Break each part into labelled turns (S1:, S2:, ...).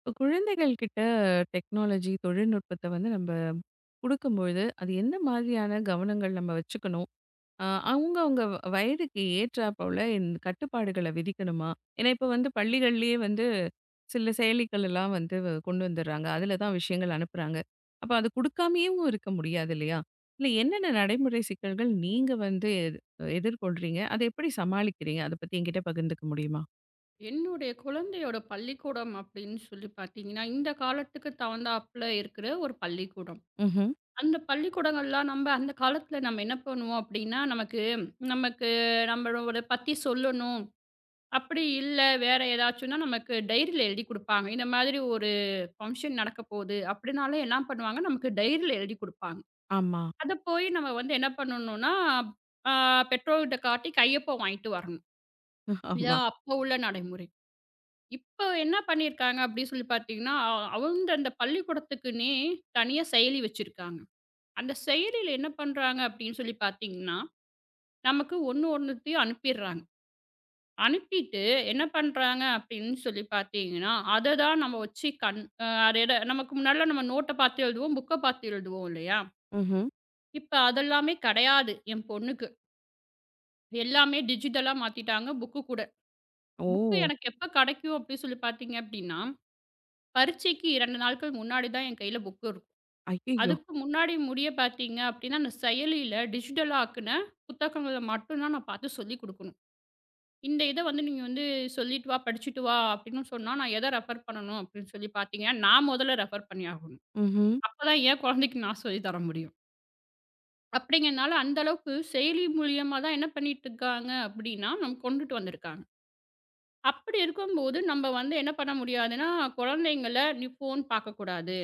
S1: இப்போ குழந்தைகள் கிட்ட டெக்னாலஜி தொழில்நுட்பத்தை வந்து நம்ம கொடுக்கும்பொழுது அது எந்த மாதிரியான கவனங்கள் நம்ம வச்சுக்கணும்? அவங்க அவங்க வயதுக்கு ஏற்றா போல இந்த கட்டுப்பாடுகளை விதிக்கணுமா? ஏன்னா இப்போ வந்து பள்ளிகள்லயே வந்து சில செயலிகள் எல்லாம் வந்து கொண்டு வந்துடுறாங்க, அதில் தான் விஷயங்கள் அனுப்புகிறாங்க. அப்போ அது கொடுக்காமயும் இருக்க முடியாது இல்லையா? இல்லை, என்னென்ன நடைமுறை சிக்கல்கள் நீங்கள் வந்து எதிர்கொள்றீங்க, அதை எப்படி சமாளிக்கிறீங்க, அதை பற்றி என்கிட்ட பகிர்ந்துக்க முடியுமா?
S2: என்னுடைய குழந்தையோட பள்ளிக்கூடம் அப்படின்னு சொல்லி பார்த்தீங்கன்னா, இந்த காலத்துக்கு தகுந்தாப்புல இருக்கிற ஒரு பள்ளிக்கூடம்.
S1: ம்.
S2: அந்த பள்ளிக்கூடங்கள்லாம் நம்ப அந்த காலத்துல நம்ம என்ன பண்ணுவோம் அப்படின்னா, நமக்கு நமக்கு நம்மளோட பத்தி சொல்லணும். அப்படி இல்ல வேற ஏதாச்சும்னா நமக்கு டைரியில எழுதி குடுப்பாங்க. இந்த மாதிரி ஒரு ஃபங்ஷன் நடக்க போகுது அப்படின்னாலே என்ன பண்ணுவாங்க, நமக்கு டைரியில எழுதி குடுப்பாங்க.
S1: ஆமா.
S2: அத போய் நம்ம வந்து என்ன பண்ணணும்னா, ஆ பெற்றோர்கிட்ட காட்டி கையொப்பம் வாங்கிட்டு வரணும். இதான்
S1: ஆமாம்.
S2: அப்போ உள்ள நடைமுறை. இப்போ என்ன பண்ணியிருக்காங்க அப்படின்னு சொல்லி பார்த்தீங்கன்னா, அவங்க அந்த பள்ளிக்கூடத்துக்குன்னே தனியா செயலி வச்சிருக்காங்க. அந்த செயலியில என்ன பண்றாங்க அப்படின்னு சொல்லி பார்த்தீங்கன்னா, நமக்கு ஒண்ணு ஒண்ணுத்தையும் அனுப்பிடுறாங்க. அனுப்பிட்டு என்ன பண்றாங்க அப்படின்னு சொல்லி பார்த்தீங்கன்னா, அத தான் நம்ம வச்சு கண் அ அது எத நமக்கு முன்னாடிலாம் நம்ம நோட்ட பார்த்து எழுதுவோம், புக்க பார்த்து எழுதுவோம் இல்லையா?
S1: ம்.
S2: இப்ப அதெல்லாமே கிடையாது என் பொண்ணுக்கு. எல்லாமே டிஜிட்டலா மாத்திட்டாங்க புக்கு கூட. புக்கு
S1: ஓ.
S2: எனக்கு எப்ப கிடைக்கும் அப்படின்னு சொல்லி பார்த்தீங்க அப்படின்னா பரீட்சைக்கு 2 நாட்கள் முன்னாடி தான் என் கையில புக் இருக்கும்.
S1: ஐயய்யோ!
S2: அதுக்கு முன்னாடி முடிய பார்த்தீங்க அப்படின்னா, அந்த செயலியில டிஜிட்டலா ஆக்குன புத்தகங்கள மட்டும் தான் நான் பார்த்து சொல்லிக் குடுக்கணும். இத வந்து நீங்க வந்து சொல்லிட்டு வா, படிச்சுட்டு வா அப்படின்னு சொன்னா, நான் எத ரெஃபர் பண்ணணும் அப்படின்னு சொல்லி பார்த்தீங்கன்னா, நான் முதல்ல ரெஃபர் பண்ணி ஆகணும்.
S1: ம்ஹ்ம்.
S2: அப்பதான் என் குழந்தைக்கு நான் சொல்லி தர முடியும். அப்படிங்கிறனால அந்த அளவுக்கு செயலி மூலியமா தான் என்ன பண்ணிட்டு இருக்காங்க அப்படின்னா, நமக்கு கொண்டுட்டு வந்திருக்காங்க. அப்படி இருக்கும்போது, நம்ம வந்து என்ன பண்ண முடியாதுன்னா, குழந்தைங்கள நீ ஃபோன் பார்க்கக்கூடாது.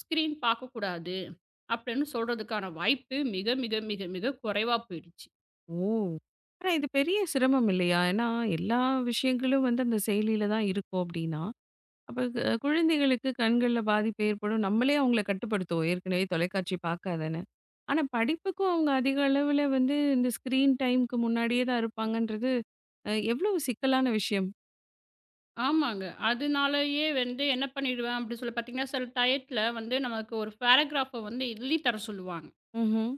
S2: ஸ்க்ரீன் பார்க்கக்கூடாது அப்படின்னு சொல்றதுக்கான வாய்ப்பு மிக, மிக, மிக, மிக குறைவா போயிடுச்சு.
S1: ஓ! ஆனா இது பெரிய சிரமம் இல்லையா? ஏன்னா எல்லா விஷயங்களும் வந்து அந்த செயலில தான் இருக்கும் அப்டின்னா, அப்ப குழந்தைகளுக்கு கண்கள்ல பாதிப்பு ஏற்படும். நம்மளே அவங்கள கட்டுப்படுத்துவோம், ஏற்கனவே தொலைக்காட்சி பார்க்காதன்னு. ஆனா படிப்புக்கும் அவங்க அதிக அளவுல வந்து இந்த ஸ்க்ரீன் டைம்க்கு முன்னாடியே தான் இருப்பாங்கன்றது, எவ்வளவு சிக்கலான விஷயம்?
S2: ஆமாங்க. அதனாலயே வந்து என்ன பண்ணிடுவேன் அப்படின்னு சொல்லி பார்த்தீங்கன்னா, சில டயத்துல வந்து நமக்கு ஒரு பேராகிராஃப வந்து எழுதி தர சொல்லுவாங்க.
S1: ம்ஹ்ம்.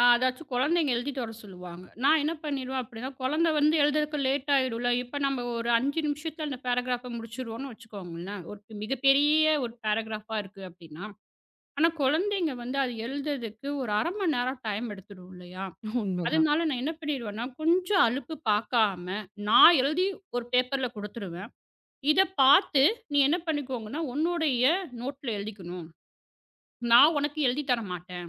S2: அதாச்சும் குழந்தைங்க எழுதிட்டு வர சொல்லுவாங்க. நான் என்ன பண்ணிடுவேன் அப்படின்னா, குழந்தை வந்து எழுதுறதுக்கு லேட் ஆயிடும்ல. இப்ப நம்ம ஒரு 5 நிமிஷத்துல அந்த பேராகிராஃப முடிச்சுருவோம்னு வச்சுக்கோங்களேன். ஒரு மிகப்பெரிய ஒரு பேராகிராஃபா இருக்கு அப்படின்னா. ஆனா குழந்தைங்க வந்து அது எழுதுறதுக்கு ஒரு 1/2 மணி நேரம் டைம் எடுத்துடும் இல்லையா?
S1: உண்மதான்.
S2: அதனால நான் என்ன பண்ணிருவேன்னா, கொஞ்சம் அலுப்பு பார்க்காம, நான் எழுதி ஒரு பேப்பர்ல குடுத்துருவேன். இத பார்த்து நீ என்ன பண்ணிக்கோங்கன்னா, உன்னுடைய நோட்ல எழுதிக்கணும். நான் உனக்கு எழுதி தர மாட்டேன்.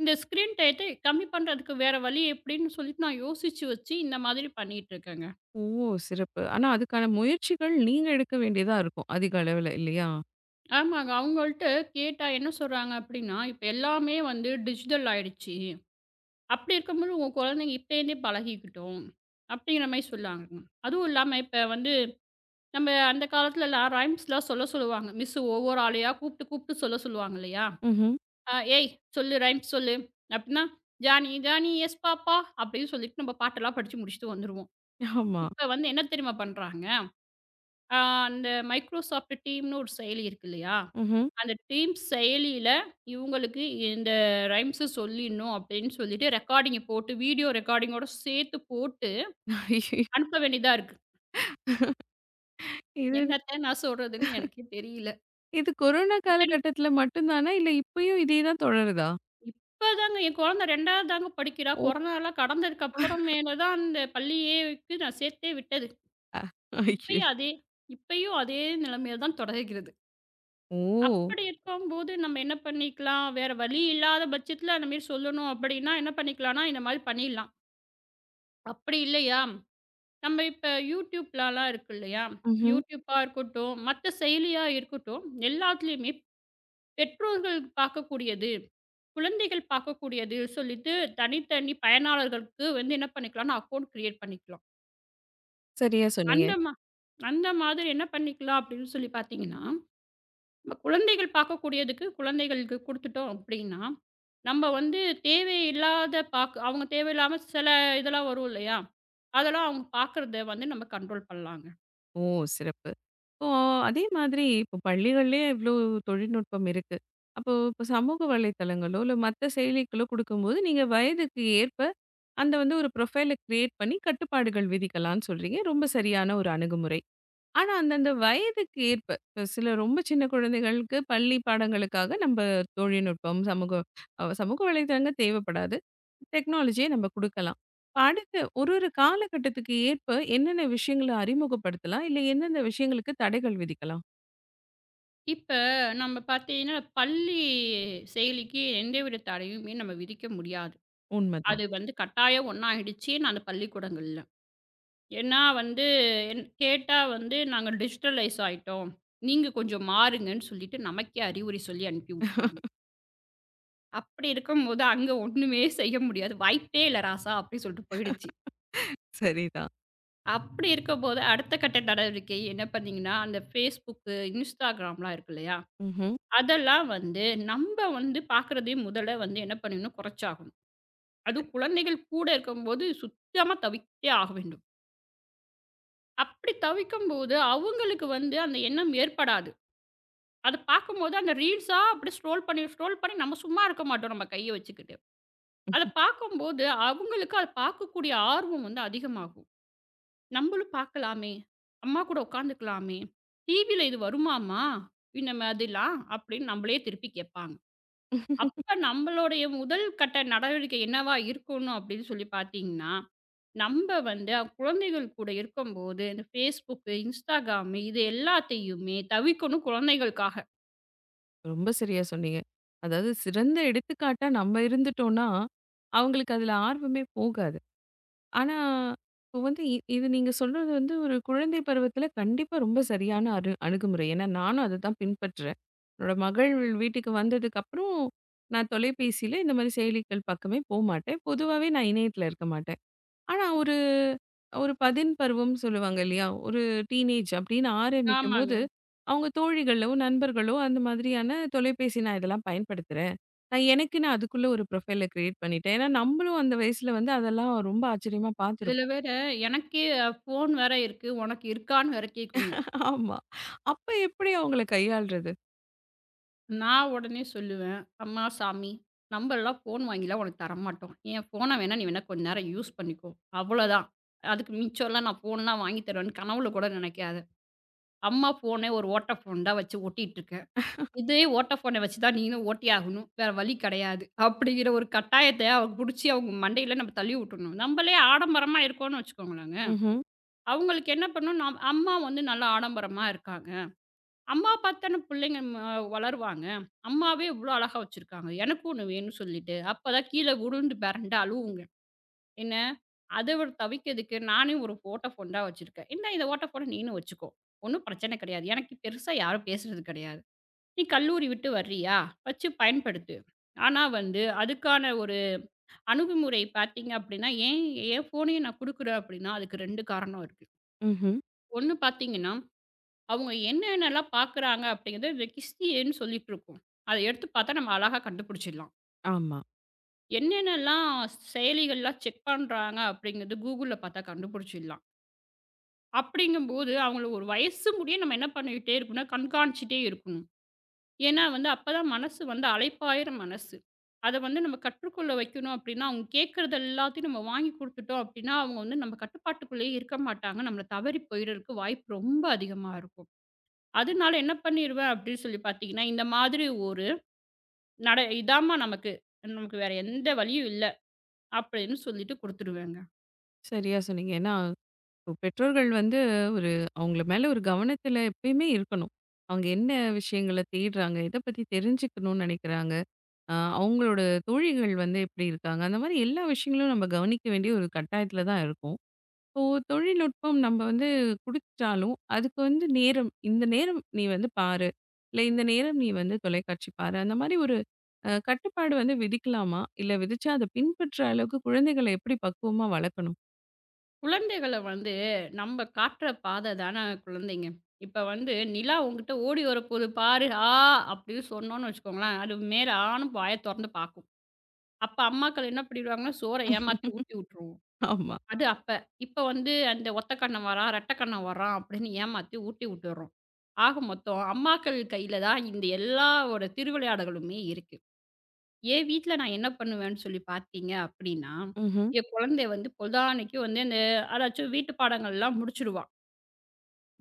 S2: இந்த ஸ்க்ரீன் டயத்த கம்மி பண்றதுக்கு வேற வழி எப்படின்னு சொல்லிட்டு நான் யோசிச்சு வச்சு இந்த மாதிரி பண்ணிட்டு இருக்கேங்க.
S1: ஓ! சிறப்பு. ஆனா அதுக்கான முயற்சிகள் நீங்க எடுக்க வேண்டியதா இருக்கும், அதிக அளவுல இல்லையா?
S2: ஆமாங்க. அவங்கள்ட்ட கேட்டா என்ன சொல்றாங்க அப்படின்னா, "இப்ப எல்லாமே வந்து டிஜிட்டல் ஆயிடுச்சு. அப்படி இருக்கும்போது உன் குழந்தைங்க இப்பலேருந்தே பழகிக்கிட்டும்." அப்படிங்கிற மாரி சொல்லாங்கங்க. அதுவும் இல்லாம இப்ப வந்து நம்ம அந்த காலத்துலலாம் ரைம்ஸ்லாம் சொல்ல சொல்லுவாங்க. மிஸ்ஸு ஒவ்வொரு ஆளையா கூப்பிட்டு, கூப்பிட்டு சொல்ல சொல்லுவாங்க இல்லையா?
S1: ம்ஹ்ம்.
S2: "ஏய் சொல்லு ரைம்ஸ் சொல்லு" அப்டின்னா, "ஜானி ஜானி எஸ் பாப்பா" அப்டின்னு சொல்லிட்டு நம்ம பாட்டெல்லாம் படிச்சு முடிச்சுட்டு வந்துருவோம்.
S1: ஆமா.
S2: இப்ப வந்து என்ன தெரியுமா பண்றாங்க? அ அந்த Microsoft டீம்னு ஒரு செயலி இருக்கு இல்லையா?
S1: ம்ஹ்ம்.
S2: அந்த டீம் செயலியில இவங்களுக்கு இந்த ரைம்ஸ சொல்லிடணும் அப்டின்னு சொல்லிட்டு ரெக்கார்டிங்க போட்டு, வீடியோ ரெக்கார்டிங்கோட சேர்த்து போட்டு அனுப்ப வேண்டியதா இருக்கு.
S1: இது
S2: என்னத்த நான் சொல்றதுன்னு எனக்கே தெரியல.
S1: இது கொரோனா
S2: இத்தனைக்கும்
S1: காலகட்டத்தில மட்டும் தானா? இல்ல இப்பயும் இதே தான் தொடருதா?
S2: இப்பதாங்க என் குழந்த 2வது தாங்க படிக்கிறா.
S1: ஓ!
S2: கொரோனாலாம் கடந்ததுக்கு அப்புறமேல தான் அந்த பள்ளியேக்கு நான் சேர்த்தே விட்டது.
S1: அ ஐயோ!
S2: இப்பயும் அதே இப்பயும் அதே நிலைமையில தான் தொடர்கிறது.
S1: ஓ!
S2: அப்படி இருக்கும்போது நம்ம என்ன பண்ணிக்கலாம், வேற வழி இல்லாத பட்சத்தில அந்த மாரி சொல்லணும் அப்படின்னா என்ன பண்ணிக்கலாம்னா, இந்த மாரி பண்ணிடலாம். அப்படி இல்லையா, நம்ம இப்ப YouTubeலலாம் இருக்கு இல்லையா,
S1: ம்ஹ்ம்.
S2: YouTubeபா இருக்கட்டும், மத்த செயலியா இருக்கட்டும் எல்லாத்துலயுமே பெற்றோர்கள் பார்க்கக்கூடியது, குழந்தைகள் பார்க்கக்கூடியது சொல்லிட்டு தனித்தனி பயனாளர்களுக்கு வந்து என்ன பண்ணிக்கலாம்னா அக்கவுண்ட் கிரியேட் பண்ணிக்கலாம்.
S1: சரியா சொன்னீங்க.
S2: அந்த மா அந்த மாதிரி என்ன பண்ணிக்கலாம் அப்படின்னு சொல்லி பார்த்தீங்கன்னா, நம்ம குழந்தைகள் பார்க்கக்கூடியதுக்கு குழந்தைகளுக்கு குடுத்துட்டோம் அப்படின்னா, நம்ம வந்து தேவையில்லாத பாக் அவங்க தேவையில்லாம சில இதெல்லாம் வரும் இல்லையா? அதெல்லாம் அவங்க பார்க்குறத வந்து நம்ம கண்ட்ரோல் பண்ணலாங்க.
S1: ஓ! சிறப்பு. இப்போ அதே மாதிரி இப்போ பள்ளிகள்லயே இவ்ளோ தொழில்நுட்பம் இருக்கு. அப்போ இப்போ சமூக வலைத்தளங்களோ, இல்ல மத்த செயலிகளோ குடுக்கும்போது, நீங்க வயதுக்கு ஏற்ப அந்த வந்து ஒரு ப்ரொஃபைல கிரியேட் பண்ணி கட்டுப்பாடுகள் விதிக்கலான்னு சொல்றீங்க. ரொம்ப சரியான ஒரு அணுகுமுறை. ஆனா, அந்தந்த வயதுக்கு ஏற்ப, இப்ப சில ரொம்ப சின்ன குழந்தைகளுக்கு பள்ளி பாடங்களுக்காக நம்ப தொழில்நுட்பம், சமூக சமூக வலைதளங்கள் தேவைப்படாது. டெக்னாலஜிய நம்ம குடுக்கலாம். அடுத்து ஒரு ஒரு காலகட்டத்துக்கு ஏற்ப என்னென்ன விஷயங்கள அறிமுகப்படுத்தலாம்? இல்ல எந்தெந்த விஷயங்களுக்கு தடைகள் விதிக்கலாம்?
S2: இப்ப நம்ம பார்த்தீங்கன்னா, பள்ளி செயலிக்கு எந்தவித தடையுமே நம்ம விதிக்க முடியாது.
S1: உண்மதான்.
S2: அது வந்து கட்டாயம் ஒண்ணாயிடுச்சு நான் பள்ளிக்கூடங்கள்ல. ஏன்னா வந்து என் கேட்டா வந்து நாங்க டிஜிட்டலைஸ் ஆயிட்டோம். நீங்க கொஞ்சம் மாறுங்கன்னு சொல்லிட்டு நமக்கே அறிவுரை சொல்லி அனுப்பி விட்டுறாங்க. அப்படி இருக்கும்போது அங்க ஒண்ணுமே செய்ய முடியாது. வாய்ப்பே இல்ல ராசா அப்படின்னு சொல்லிட்டு போயிடுச்சு.
S1: சரிதான்.
S2: அப்படி இருக்கும்போது அடுத்த கட்ட நடவடிக்கை என்ன பண்ணீங்கன்னா, அந்த Facebook, Instagramலாம் இருக்கு இல்லையா?
S1: ம்ஹ்ம்.
S2: அதெல்லாம் வந்து நம்ப வந்து பார்க்குறதையும் முதல்ல வந்து என்ன பண்ணணும் குறைச்சாகணும். அதுவும் குழந்தைகள் கூட இருக்கும்போது சுத்தமா தவிர்த்தே ஆக வேண்டும். அப்படி தவிக்கும்போது, அவங்களுக்கு வந்து அந்த எண்ணம் ஏற்படாது. அத பார்க்கும்போது அந்த ரீல்ஸா அப்படி ஸ்க்ரோல் பண்ணி ஸ்க்ரோல் பண்ணி நம்ம சும்மா இருக்க மாட்டோம் நம்ம கைய வச்சுக்கிட்டு. அத பார்க்கும்போது அவங்களுக்கு அத பார்க்கக்கூடிய ஆர்வம் வந்து அதிகமாகும். "நம்பளும் பார்க்கலாமே, அம்மா கூட உட்காந்துக்கலாமே, டிவில இது வருமாம்மா இந்த மாதிரிலாம்" அப்படின்னு நம்மளயே திருப்பி கேட்பாங்க. அப்ப நம்மளுடைய முதல் கட்ட நடவடிக்கை என்னவா இருக்கணும் அப்படின்னு சொல்லி பார்த்தீங்கன்னா, நம்ப வந்து குழந்தைகள் கூட இருக்கும்போது, இந்த Facebook, Instagram இது எல்லாத்தையுமே தவிர்க்கணும் குழந்தைகளுக்காக.
S1: ரொம்ப சரியா சொன்னீங்க. அதாவது சிறந்த எடுத்துக்காட்டா நம்ம இருந்துட்டோம்னா, அவங்களுக்கு அதுல ஆர்வமே போகாது. ஆனா, இப்போ வந்து இது நீங்க சொல்றது வந்து ஒரு குழந்தை பருவத்தில கண்டிப்பா ரொம்ப சரியான அணுகுமுறை. ஏன்னா, நானும் அததான் பின்பற்றுறேன். என்னோட மகள் வீட்டுக்கு வந்ததுக்கப்புறம் நான் தொலைபேசியில இந்த மாரி செயலிகள் பக்கமே போமாட்டேன். பொதுவாவே நான் இணையத்தில இருக்க மாட்டேன். ஆனா, ஒரு ஒரு பதின் பருவம்னு சொல்லுவாங்க இல்லையா? ஒரு டீனேஜ் அப்படின்னு
S2: ஆமாங்க.
S1: ஆரம்பிக்கும்போது, அவங்க தோழிகளோ, நண்பர்களோ அந்த மாதிரியான தொலைபேசி, நான் இதெல்லாம் பயன்படுத்துறேன். நான் எனக்குன்னு அதுக்குள்ள ஒரு ப்ரொஃபைல கிரியேட் பண்ணிட்டேன். ஏன்னா, நம்மளும் அந்த வயசுல வந்து அதெல்லாம் ரொம்ப ஆச்சரியமா
S2: இதில
S1: பார்த்துருப்போம்.
S2: வேற எனக்கே ஃபோன் வேற இருக்கு. உனக்கு இருக்கான்னு வேற கேட்குங்க.
S1: ஆமா. அப்ப எப்படி அவங்கள கையாள்றது?
S2: நான் உடனே சொல்லுவேன், "அம்மா சாமி, நம்பலாம் ஃபோன் வாங்கிலாம் உனக்கு தரமாட்டோம். என் ஃபோன வேணா நீ வேணா கொஞ்ச நேரம் யூஸ் பண்ணிக்கோ. அவ்வளோதான். அதுக்கு மிச்சம்லாம் நான் ஃபோன்லாம் வாங்கி தருவேன்னு கனவுல கூட நினைக்காத. அம்மா ஃபோனே ஒரு ஓட்ட ஃபோன் தான் வச்சு ஓட்டிட்டு இருக்க." இதே வோடாஃபோன வச்சு தான் நீங்களும் ஓட்டியே ஆகணும். வேற வழி கிடையாது. அப்படிங்கிற ஒரு கட்டாயத்த அவங்க புடிச்சு அவங்க மண்டையில நம்ம தள்ளி விட்டுடணும். நம்மளே ஆடம்பரமா இருக்கோம்னு வச்சுக்கோங்களேங்க.
S1: ம்ஹ்ம்.
S2: அவங்களுக்கு என்ன பண்ணணும், நம் அம்மா வந்து நல்லா ஆடம்பரமா இருக்காங்க. அம்மா பார்த்தான பிள்ளைங்க வளருவாங்க. அம்மாவே இவ்வளோ அழகா வச்சுருக்காங்க. எனக்கும் ஒண்ணு வேணும்னு சொல்லிட்டு, அப்பதான் கீழ விழுந்து பெரண்டு அழுவுங்க. என்ன, அத ஒரு தவிக்கிறதுக்கு நானே ஒரு வோடாஃபோன் தான் வச்சுருக்கேன். இந்தா இந்த வோடாஃபோன நீனும் வச்சுக்கோ. ஒண்ணும் பிரச்சனை கிடையாது. எனக்கு பெருசா யாரும் பேசுறது கிடையாது. நீ கல்லூரி விட்டு வர்றியா? வச்சு பயன்படுத்து. ஆனா வந்து, அதுக்கான ஒரு அணுகுமுறை பார்த்தீங்க அப்படின்னா, ஏன் என் ஃபோனையும் நான் குடுக்குறேன் அப்படின்னா, அதுக்கு 2 காரணம் இருக்கு.
S1: ம்ஹ்ம்.
S2: ஒண்ணு பார்த்தீங்கன்னா, அவங்க என்னென்னலாம் பார்க்குறாங்க அப்படிங்கிறது ரெகிஸ்ட்ரின்னு சொல்லிட்டு இருக்கும். அத எடுத்து பார்த்தா நம்ம அழகா கண்டுபிடிச்சிடலாம்.
S1: ஆமா.
S2: என்னென்னலாம் செயலிகள்லாம் செக் பண்றாங்க அப்படிங்கிறது Googleல பார்த்தா கண்டுபிடிச்சிடலாம். அப்படிங்கும்போது, அவங்கள ஒரு வயசு முடிய நம்ம என்ன பண்ணிக்கிட்டே இருக்கணும்னா, கண்காணிச்சுட்டே இருக்கணும். ஏன்னா வந்து அப்பதான் மனசு வந்து அலைப்பாயிர மனசு. அத வந்து நம்ம கற்றுக்கொள்ள வைக்கணும் அப்படின்னா, அவங்க கேட்கறது எல்லாத்தையும் நம்ம வாங்கி குடுத்துட்டோம் அப்படின்னா, அவங்க வந்து நம்ம கட்டுப்பாட்டுக்குள்ளேயே இருக்க மாட்டாங்க. நம்மள தவறி போயிறதுக்கு வாய்ப்பு ரொம்ப அதிகமா இருக்கும். அதனால என்ன பண்ணிருவேன் அப்படின்னு சொல்லி பார்த்தீங்கன்னா, இந்த மாதிரி ஒரு நட இதாம்மா நமக்கு, நமக்கு வேற எந்த வழியும் இல்ல அப்படின்னு சொல்லிட்டு குடுத்துருவேங்க.
S1: சரியா சொன்னீங்க. ஏன்னா, இப்போ பெற்றோர்கள் வந்து ஒரு அவங்கள மேல ஒரு கவனத்துல எப்பயுமே இருக்கணும். அவங்க என்ன விஷயங்கள தேடுறாங்க? எத பத்தி தெரிஞ்சுக்கணும்னு நெனைக்கிறாங்க? அவங்களோட தோழிகள் வந்து எப்படி இருக்காங்க? அந்த மாரி எல்லா விஷயங்களும் நம்ம கவனிக்க வேண்டிய ஒரு கட்டாயத்தில தான் இருக்கோம். இப்போ தொழில்நுட்பம் நம்ம வந்து குடுத்துட்டாலும், அதுக்கு வந்து நேரம், இந்த நேரம் நீ வந்து பாரு. இல்ல இந்த நேரம் நீ வந்து தொலைக்காட்சி பாரு. அந்த மாரி ஒரு கட்டுப்பாடு வந்து விதிக்கலாமா? இல்ல விதிச்சா அத பின்பற்ற அளவுக்கு குழந்தைகள எப்படி பக்குவமா வளர்க்கணும்?
S2: குழந்தைகள வந்து நம்ம காட்டுற பாதை தானே குழந்தைங்க. இப்ப வந்து நிலா உன்கிட்ட ஓடி வரப்போது பாரு, அப்படின்னு சொன்னோம்னு வச்சுக்கோங்களேன், அது மேல ஆன்னு வாய தொறந்து பாக்கும். அப்ப அம்மாக்கள் என்ன பண்ணிடுவாங்கன்னா, சோற ஏமாத்தி ஊட்டி விட்டுருவோம்.
S1: ஆமா.
S2: அது அப்ப. இப்ப வந்து அந்த ஒத்த கண்ணன் வரான், ரெட்டை கண்ணன் வரான் அப்படின்னு ஏமாத்தி ஊட்டி விட்டுர்றோம். ஆக மொத்தம் அம்மாக்கள் கையில தான் இந்த எல்லாவோட திருவிளையாடலுமே இருக்கு. என் வீட்ல நான் என்ன பண்ணுவேன்னு சொல்லி பார்த்தீங்க அப்படின்னா,
S1: ம்ஹ்ம்.
S2: என் குழந்தை வந்து பொழுதானைக்கு வந்து இந்த அதாச்சும் வீட்டு பாடங்கள்லாம் முடிச்சுடுவா.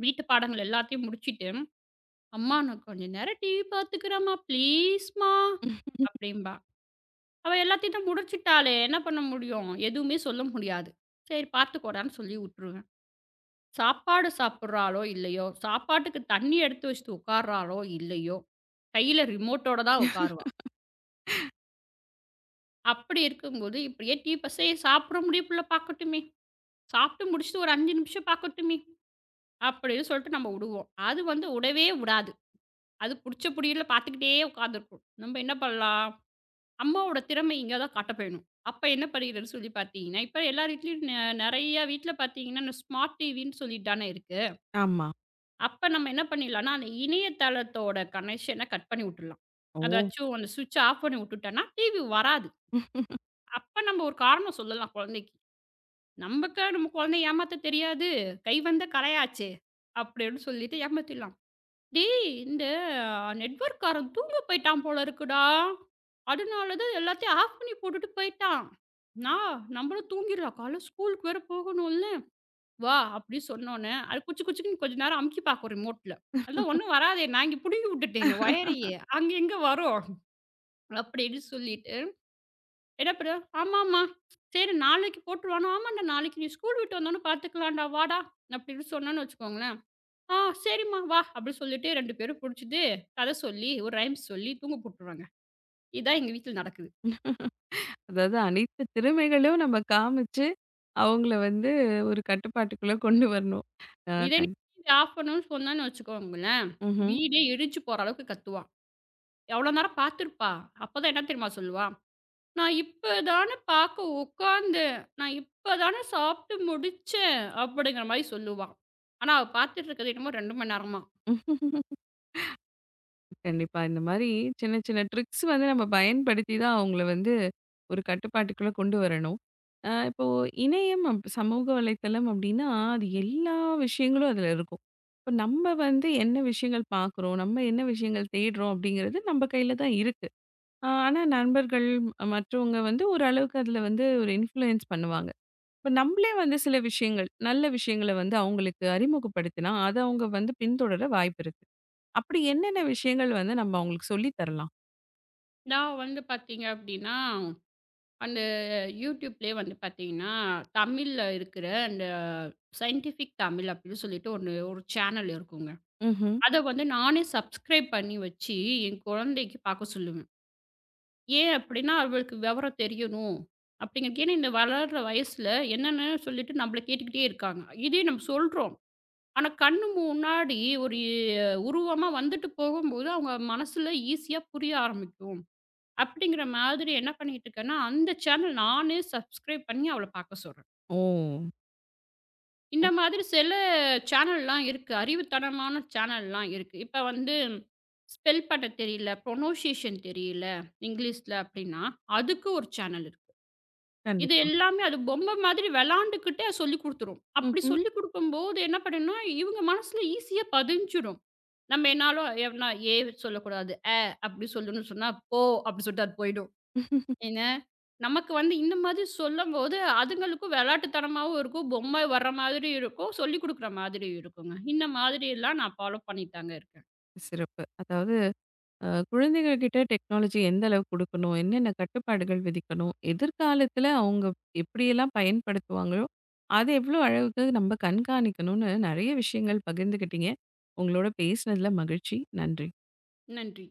S2: வீட்டு பாடங்கள் எல்லாத்தையும் முடிச்சுட்டு, "அம்மா நான் கொஞ்ச நேரம் டிவி பார்த்துக்கிறேம்மா, ப்ளீஸ்மா"
S1: ம்.
S2: அப்படிம்பா. அவ எல்லாத்தையும் தான் முடிச்சுட்டாளே, என்ன பண்ண முடியும்? எதுவுமே சொல்ல முடியாது. சரி பார்த்துக்கோடான்னு சொல்லி விட்டுருவேன். சாப்பாடு சாப்பிட்றாளோ இல்லையோ, சாப்பாட்டுக்கு தண்ணி எடுத்து வச்சுட்டு உட்கார்றாளோ இல்லையோ, கையில ரிமோட்டோட தான் உட்காருவா. அப்படி இருக்கும்போது, இப்படியே டிவி ப "சரி சாப்பிட முடிய புள்ள பார்க்கட்டுமே" சாப்பிட்டு முடிச்சுட்டு ஒரு 5 நிமிஷம் பார்க்கட்டுமே, அப்படின்னு சொல்லிட்டு நம்ம உடுவோம். அது வந்து உடவே உடாது. அது புடிச்ச புடியல பார்த்துக்கிட்டே உட்காந்துருக்கும். நம்ம என்ன பண்ணலாம்? அம்மாவோட திறமை இங்க தான் காட்டப்படணும். அப்ப என்ன பண்ணிக்கிறதுன்னு சொல்லி பார்த்தீங்கன்னா, இப்ப எல்லார் வீட்லயும் நெறைய வீட்ல பார்த்தீங்கன்னா, இந்த ஸ்மார்ட் டிவின்னு சொல்லிட்டு தானே இருக்கு.
S1: ஆமா.
S2: அப்ப நம்ம என்ன பண்ணிடலாம்னா, அந்த இணையதளத்தோட கனெக்ஷன கட் பண்ணி விட்டுறலாம்.
S1: ஓ!
S2: அதாச்சும் அந்த ஸ்விட்ச் ஆஃப் பண்ணி விட்டுட்டோம்னா, டிவி வராது. அப்ப நம்ம ஒரு காரணம் சொல்லலாம் குழந்தைக்கு. நமக்கா நம்ம குழந்தைய ஏமாத்த தெரியாது. கை வந்த கலையாச்சே! அப்படின்னு சொல்லிட்டு ஏமாத்திடலாம். "டேய்! இந்த நெட்வொர்க்காரன் தூங்க போயிட்டான் போல இருக்குடா. அதனால தான் எல்லாத்தையும் ஆஃப் பண்ணி போட்டுட்டு போயிட்டான். நா நம்மளும் தூங்கிடலாம். காலைல ஸ்கூலுக்கு வேற போகணும்ல. வா" அப்படி சொன்னோனே, அது குச்சு குச்சுக்குன்னு கொஞ்ச நேரம் அமுக்கி பார்க்கும் ரிமோட்ல. அதெல்லாம் ஒண்ணும் வராதே! நான் இங்க புடுங்கி விட்டுட்டேனே ஒயரையே. அங்க எங்க வரும்? அப்படின்னு சொல்லிட்டு என்ன பண்ண? "ஆமாம்மா. சரி நாளைக்கு போட்டுருவான்னா, ஆமாண்டா நாளைக்கு நீ ஸ்கூல் விட்டு வந்தோன்னே பார்த்துக்கலாம்டா வாடா" அப்படின்னு சொன்னோன்னு வச்சுக்கோங்களேன், "ஆ "சரிம்மா வா" அப்படி சொல்லிட்டு 2 பேரும் புடிச்சுட்டு, கதை சொல்லி, ஒரு ரைம்ஸ் சொல்லி தூங்க போட்டுருவாங்க. இதான் எங்க வீட்ல நடக்குது.
S1: அதாவது அனைத்து திறமைகளும் நம்ம காமிச்சு, அவங்கள வந்து ஒரு கட்டுப்பாட்டுக்குள்ள கொண்டு வரணும். அ
S2: இதே நீ
S1: கண்
S2: டிவி ஆஃப் பண்ணணும்னு சொன்னேன்னு வச்சுக்கோங்களேன்,
S1: ம்ஹ்ம்.
S2: வீடே எரிஞ்சு போற அளவுக்கு கத்துவா. எவ்வளோ நேரம் பார்த்துருப்பா? அப்பதான் என்ன தெரியுமா சொல்லுவா? "நான் இப்பதானே பார்க்க உட்காந்தேன். நான் இப்பதானே சாப்பிட்டு முடிச்சேன்" அப்படிங்கிற மாரி சொல்லுவா. ஆனா அவ பார்த்துட்டு இருக்கிறது என்னமோ 2 மணி நேரமா.
S1: கண்டிப்பா. இந்த மாரி சின்ன சின்ன ட்ரிக்ஸ் வந்து நம்ம பயன்படுத்தி தான் அவங்கள வந்து ஒரு கட்டுப்பாட்டுக்குள்ள கொண்டு வரணும். இப்போ இணையம், சமூக வலைத்தளம் அப்டின்னா, அது எல்லா விஷயங்களும் அதுல இருக்கும். இப்ப நம்ம வந்து என்ன விஷயங்கள் பார்க்குறோம், நம்ம என்ன விஷயங்கள் தேடுறோம் அப்படிங்கிறது நம்ம கையில தான் இருக்கு. ஆனா நண்பர்கள், மற்றவங்க வந்து ஓரளவுக்கு அதுல வந்து ஒரு இன்ஃப்ளூயன்ஸ் பண்ணுவாங்க. இப்ப நம்மளே வந்து சில விஷயங்கள், நல்ல விஷயங்கள வந்து அவங்களுக்கு அறிமுகப்படுத்தினா, அத அவங்க வந்து பின்தொடர வாய்ப்பு இருக்கு. அப்படி என்னென்ன விஷயங்கள் வந்து நம்ம அவங்களுக்கு சொல்லி தரலாம்?
S2: நான் வந்து பார்த்தீங்க அப்டின்னா, அந்த யூடியூப்லயே வந்து பார்த்தீங்கன்னா, தமிழ்ல இருக்கிற அந்த சயின்டிஃபிக் தமிழ் அப்டின்னு சொல்லிட்டு ஒண்ணு ஒரு சேனல் இருக்குங்க.
S1: ம்ஹ்ம்.
S2: அத வந்து நானே சப்ஸ்கிரைப் பண்ணி வச்சு, என் குழந்தைக்கு பார்க்க சொல்லுவேன். ஏன் அப்டின்னா, அவளுக்கு விவரம் தெரியணும் அப்டிங்கிறதுக்கு. ஏன்னா இந்த வளர்ற வயசுல என்னென்ன சொல்லிட்டு நம்மள கேட்டுக்கிட்டே இருக்காங்க. இதே நம்ம சொல்றோம். ஆனா கண்ணு முன்னாடி ஒரு உருவமா வந்துட்டு போகும்போது, அவங்க மனசுல ஈஸியா புரிய ஆரம்பிக்கும். அப்படிங்கிற மாதிரி என்ன பண்ணிட்டு இருக்கேன்னா, அந்த சேனல் நானே சப்ஸ்கிரைப் பண்ணி அவள பார்க்க சொல்றேன்.
S1: ஓ!
S2: இந்த மாதிரி சில சேனல்லாம் இருக்கு. அறிவுத்தனமான சேனல்லாம் இருக்கு. இப்ப வந்து ஸ்பெல் பண்ண தெரியல, ப்ரொனவுன்சியேஷன் தெரியல இங்கிலீஷ்ல அப்படின்னா, அதுக்கு ஒரு சேனல் இருக்கு. இது
S1: கண்டிப்பா.
S2: எல்லாமே அது பொம்மை மாதிரி விளாண்டுக்கிட்டே சொல்லிக் குடுத்துரும். அப்படி
S1: ம்ஹ்ம்.
S2: சொல்லிக் குடுக்கும்போது என்ன பண்ணும்னா, இவங்க மனசுல ஈஸியா பதிஞ்சிடும். நம்ம என்னாலும் எவனா ஏ சொல்லக்கூடாது, அப்படி சொல்லணும்னு சொன்னா, போ அப்படி சொல்லிட்டு அது போயிடும். ஏங்க, நமக்கு வந்து இந்த மாதிரி சொல்லும்போது, அதுங்களுக்கும் விளையாட்டுத்தனமாவும் இருக்கும். பொம்மை வர்ற மாதிரி இருக்கும். சொல்லிக் குடுக்குற மாதிரியும் இருக்குங்க. இந்த மாதிரியெல்லாம் நான் ஃபாலோ பண்ணிட்டு தாங்க இருக்கேன்.
S1: சிறப்பு. அதாவது குழந்தைகள் கிட்ட டெக்னாலஜி எந்த அளவுக்கு குடுக்கணும்? என்னென்ன கட்டுப்பாடுகள் விதிக்கணும்? எதிர்காலத்தில அவங்க எப்படியெல்லாம் பயன்படுத்துவாங்களோ, அது எவ்வளோ அளவுக்கு நம்ம கண்காணிக்கணும்னு நெறைய விஷயங்கள் பகிர்ந்துக்கிட்டீங்க. உங்களோட பேசினதில மகிழ்ச்சி. நன்றி.
S2: நன்றி.